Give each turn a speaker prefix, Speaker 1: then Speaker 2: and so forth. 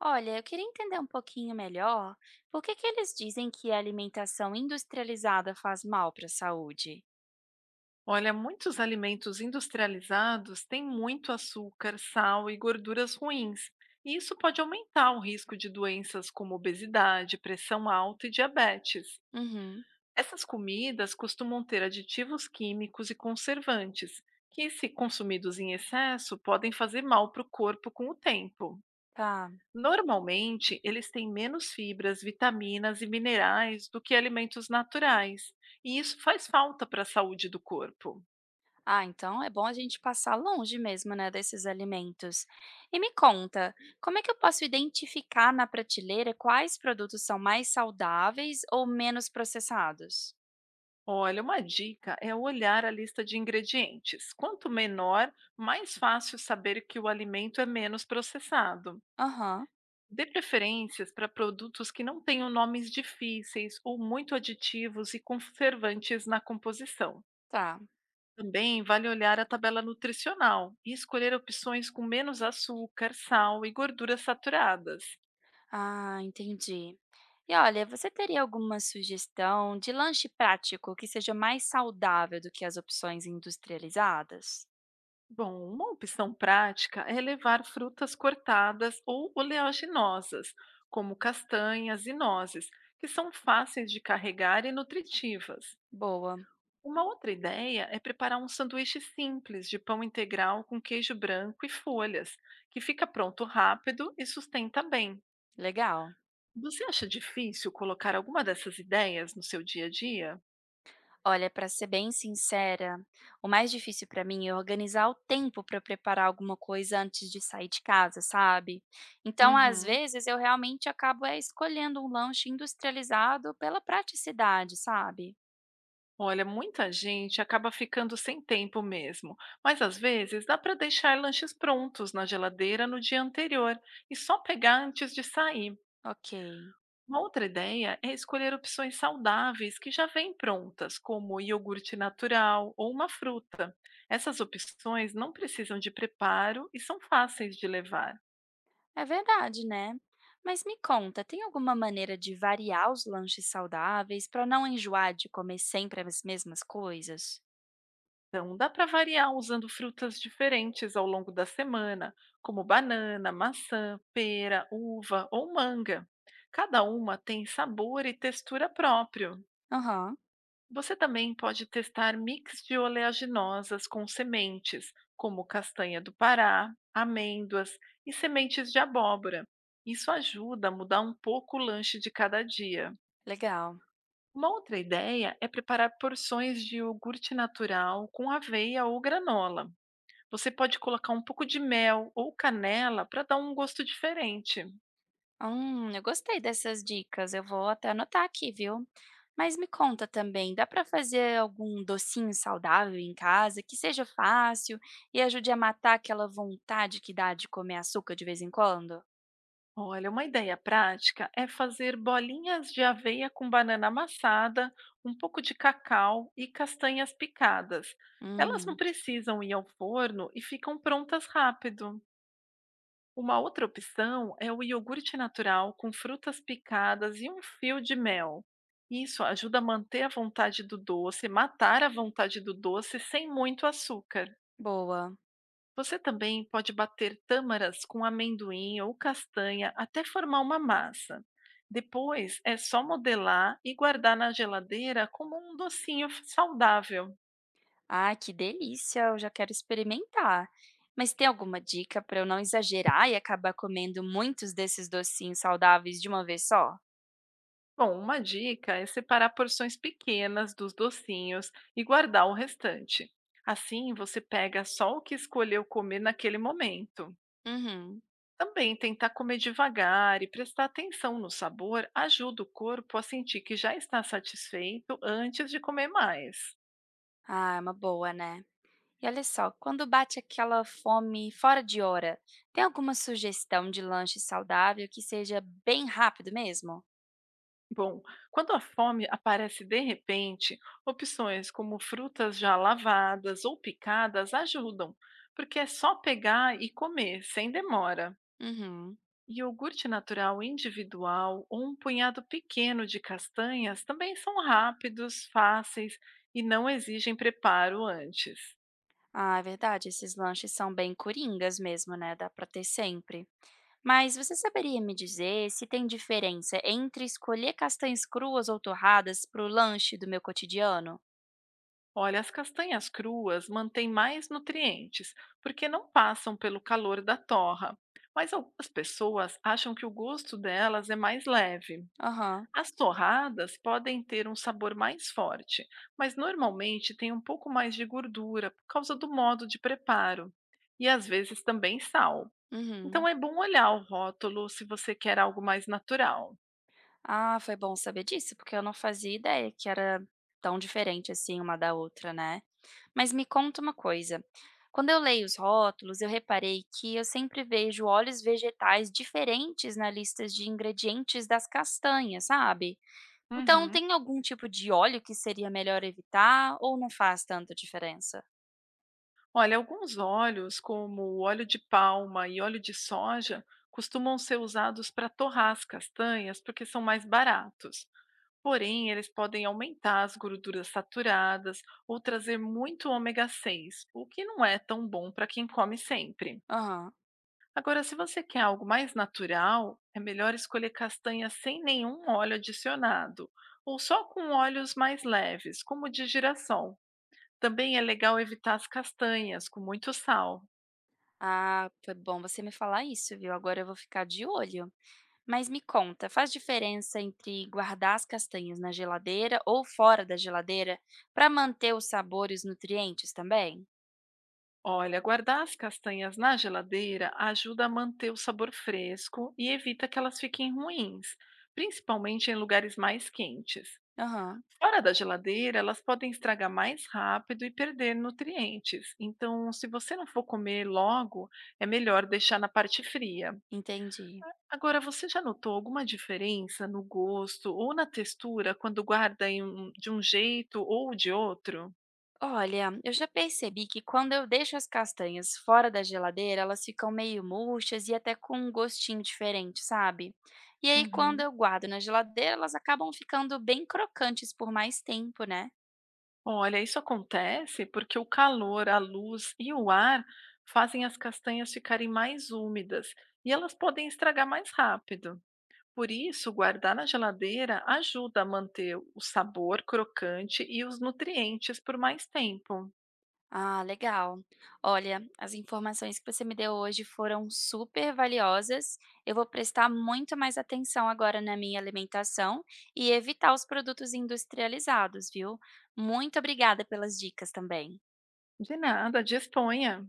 Speaker 1: Olha, eu queria entender um pouquinho melhor por que eles dizem que a alimentação industrializada faz mal para a saúde.
Speaker 2: Olha, muitos alimentos industrializados têm muito açúcar, sal e gorduras ruins, e isso pode aumentar o risco de doenças como obesidade, pressão alta e diabetes.
Speaker 1: Uhum.
Speaker 2: Essas comidas costumam ter aditivos químicos e conservantes, que, se consumidos em excesso, podem fazer mal para o corpo com o tempo.
Speaker 1: Tá.
Speaker 2: Normalmente, eles têm menos fibras, vitaminas e minerais do que alimentos naturais, e isso faz falta para a saúde do corpo.
Speaker 1: Ah, então é bom a gente passar longe mesmo, né, desses alimentos. E me conta, como é que eu posso identificar na prateleira quais produtos são mais saudáveis ou menos processados?
Speaker 2: Olha, uma dica é olhar a lista de ingredientes. Quanto menor, mais fácil saber que o alimento é menos processado.
Speaker 1: Aham.
Speaker 2: Dê preferências para produtos que não tenham nomes difíceis ou muito aditivos e conservantes na composição.
Speaker 1: Tá.
Speaker 2: Também vale olhar a tabela nutricional e escolher opções com menos açúcar, sal e gorduras saturadas.
Speaker 1: Ah, entendi. E olha, você teria alguma sugestão de lanche prático que seja mais saudável do que as opções industrializadas?
Speaker 2: Bom, uma opção prática é levar frutas cortadas ou oleaginosas, como castanhas e nozes, que são fáceis de carregar e nutritivas.
Speaker 1: Boa.
Speaker 2: Uma outra ideia é preparar um sanduíche simples de pão integral com queijo branco e folhas, que fica pronto rápido e sustenta bem.
Speaker 1: Legal.
Speaker 2: Você acha difícil colocar alguma dessas ideias no seu dia a dia?
Speaker 1: Olha, para ser bem sincera, o mais difícil para mim é organizar o tempo para preparar alguma coisa antes de sair de casa, sabe? Então, às
Speaker 2: Uhum.
Speaker 1: vezes, eu realmente escolhendo um lanche industrializado pela praticidade, sabe?
Speaker 2: Olha, muita gente acaba ficando sem tempo mesmo, mas às vezes dá para deixar lanches prontos na geladeira no dia anterior e só pegar antes de sair.
Speaker 1: Ok.
Speaker 2: Uma outra ideia é escolher opções saudáveis que já vêm prontas, como iogurte natural ou uma fruta. Essas opções não precisam de preparo e são fáceis de levar.
Speaker 1: É verdade, né? Mas me conta, tem alguma maneira de variar os lanches saudáveis para não enjoar de comer sempre as mesmas coisas?
Speaker 2: Então, dá para variar usando frutas diferentes ao longo da semana, como banana, maçã, pera, uva ou manga. Cada uma tem sabor e textura próprio.
Speaker 1: Aham.
Speaker 2: Você também pode testar mix de oleaginosas com sementes, como castanha do Pará, amêndoas e sementes de abóbora. Isso ajuda a mudar um pouco o lanche de cada dia.
Speaker 1: Legal.
Speaker 2: Uma outra ideia é preparar porções de iogurte natural com aveia ou granola. Você pode colocar um pouco de mel ou canela para dar um gosto diferente.
Speaker 1: Eu gostei dessas dicas. Eu vou até anotar aqui, viu? Mas me conta também, dá para fazer algum docinho saudável em casa que seja fácil e ajude a matar aquela vontade que dá de comer açúcar de vez em quando?
Speaker 2: Olha, uma ideia prática é fazer bolinhas de aveia com banana amassada, um pouco de cacau e castanhas picadas. Elas não
Speaker 1: Hum.
Speaker 2: precisam ir ao forno e ficam prontas rápido. Uma outra opção é o iogurte natural com frutas picadas e um fio de mel. Isso ajuda a manter a vontade do doce, matar a vontade do doce sem muito açúcar.
Speaker 1: Boa.
Speaker 2: Você também pode bater tâmaras com amendoim ou castanha até formar uma massa. Depois é só modelar e guardar na geladeira como um saudável.
Speaker 1: Ah, que delícia, eu já quero experimentar. Mas tem alguma dica para eu não exagerar e acabar comendo muitos desses docinhos saudáveis de uma vez só?
Speaker 2: Bom, uma dica é separar porções pequenas dos docinhos e guardar o restante. Assim, você pega só o que escolheu comer naquele momento.
Speaker 1: Uhum.
Speaker 2: Também tentar comer devagar e prestar atenção no sabor ajuda o corpo a sentir que já está satisfeito antes de comer mais.
Speaker 1: Ah, é uma boa, né? E olha só, quando bate aquela fome fora de hora, tem alguma sugestão de lanche saudável que seja bem rápido mesmo?
Speaker 2: Bom, quando a fome aparece de repente, opções como frutas já lavadas ou picadas ajudam, porque é só pegar e comer, sem demora.
Speaker 1: Uhum.
Speaker 2: Iogurte natural individual ou um punhado pequeno de castanhas também são rápidos, fáceis e não exigem preparo antes.
Speaker 1: Ah, é verdade, esses lanches são bem coringas mesmo, né? Dá pra ter sempre. Mas você saberia me dizer se tem diferença entre escolher castanhas cruas ou torradas para o lanche do meu cotidiano?
Speaker 2: Olha, as castanhas cruas mantêm mais nutrientes, porque não passam pelo calor da torra. Mas algumas pessoas acham que o gosto delas é mais leve.
Speaker 1: Aham.
Speaker 2: As torradas podem ter um sabor mais forte, mas normalmente tem um pouco mais de gordura por causa do modo de preparo e às vezes também sal.
Speaker 1: Uhum.
Speaker 2: Então é bom olhar o rótulo se você quer algo mais natural.
Speaker 1: Ah, foi bom saber disso, porque eu não fazia ideia que era tão diferente assim uma da outra, né? Mas me conta uma coisa. Quando eu leio os rótulos, eu reparei que eu sempre vejo óleos vegetais diferentes na lista de ingredientes das castanhas, sabe? Então,
Speaker 2: Uhum.
Speaker 1: tem algum tipo de óleo que seria melhor evitar ou não faz tanta diferença?
Speaker 2: Olha, alguns óleos, como o óleo de palma e óleo de soja, costumam ser usados para torrar as castanhas porque são mais baratos. Porém, eles podem aumentar as gorduras saturadas ou trazer muito ômega 6, o que não é tão bom para quem come sempre.
Speaker 1: Aham.
Speaker 2: Agora, se você quer algo mais natural, é melhor escolher castanhas sem nenhum óleo adicionado, ou só com óleos mais leves, como o de girassol. Também é legal evitar as castanhas com muito sal.
Speaker 1: Ah, foi bom você me falar isso, viu? Agora eu vou ficar de olho. Mas me conta, faz diferença entre guardar as castanhas na geladeira ou fora da geladeira para manter o sabor e os nutrientes também?
Speaker 2: Olha, guardar as castanhas na geladeira ajuda a manter o sabor fresco e evita que elas fiquem ruins, principalmente em lugares mais quentes.
Speaker 1: Aham.
Speaker 2: Fora da geladeira, elas podem estragar mais rápido e perder nutrientes. Então, se você não for comer logo, é melhor deixar na parte fria.
Speaker 1: Entendi.
Speaker 2: Agora, você já notou alguma diferença no gosto ou na textura quando de um jeito ou de outro?
Speaker 1: Olha, eu já percebi que quando eu deixo as castanhas fora da geladeira, elas ficam meio murchas e até com um gostinho diferente, sabe? E aí, quando
Speaker 2: Uhum.
Speaker 1: eu guardo na geladeira, elas acabam ficando bem crocantes por mais tempo, né?
Speaker 2: Olha, isso acontece porque o calor, a luz e o ar fazem as castanhas ficarem mais úmidas e elas podem estragar mais rápido. Por isso, guardar na geladeira ajuda a manter o sabor crocante e os nutrientes por mais tempo.
Speaker 1: Ah, legal. Olha, as informações que você me deu hoje foram super valiosas. Eu vou prestar muito mais atenção agora na minha alimentação e evitar os produtos industrializados, viu? Muito obrigada pelas dicas também.
Speaker 2: De nada, disponha!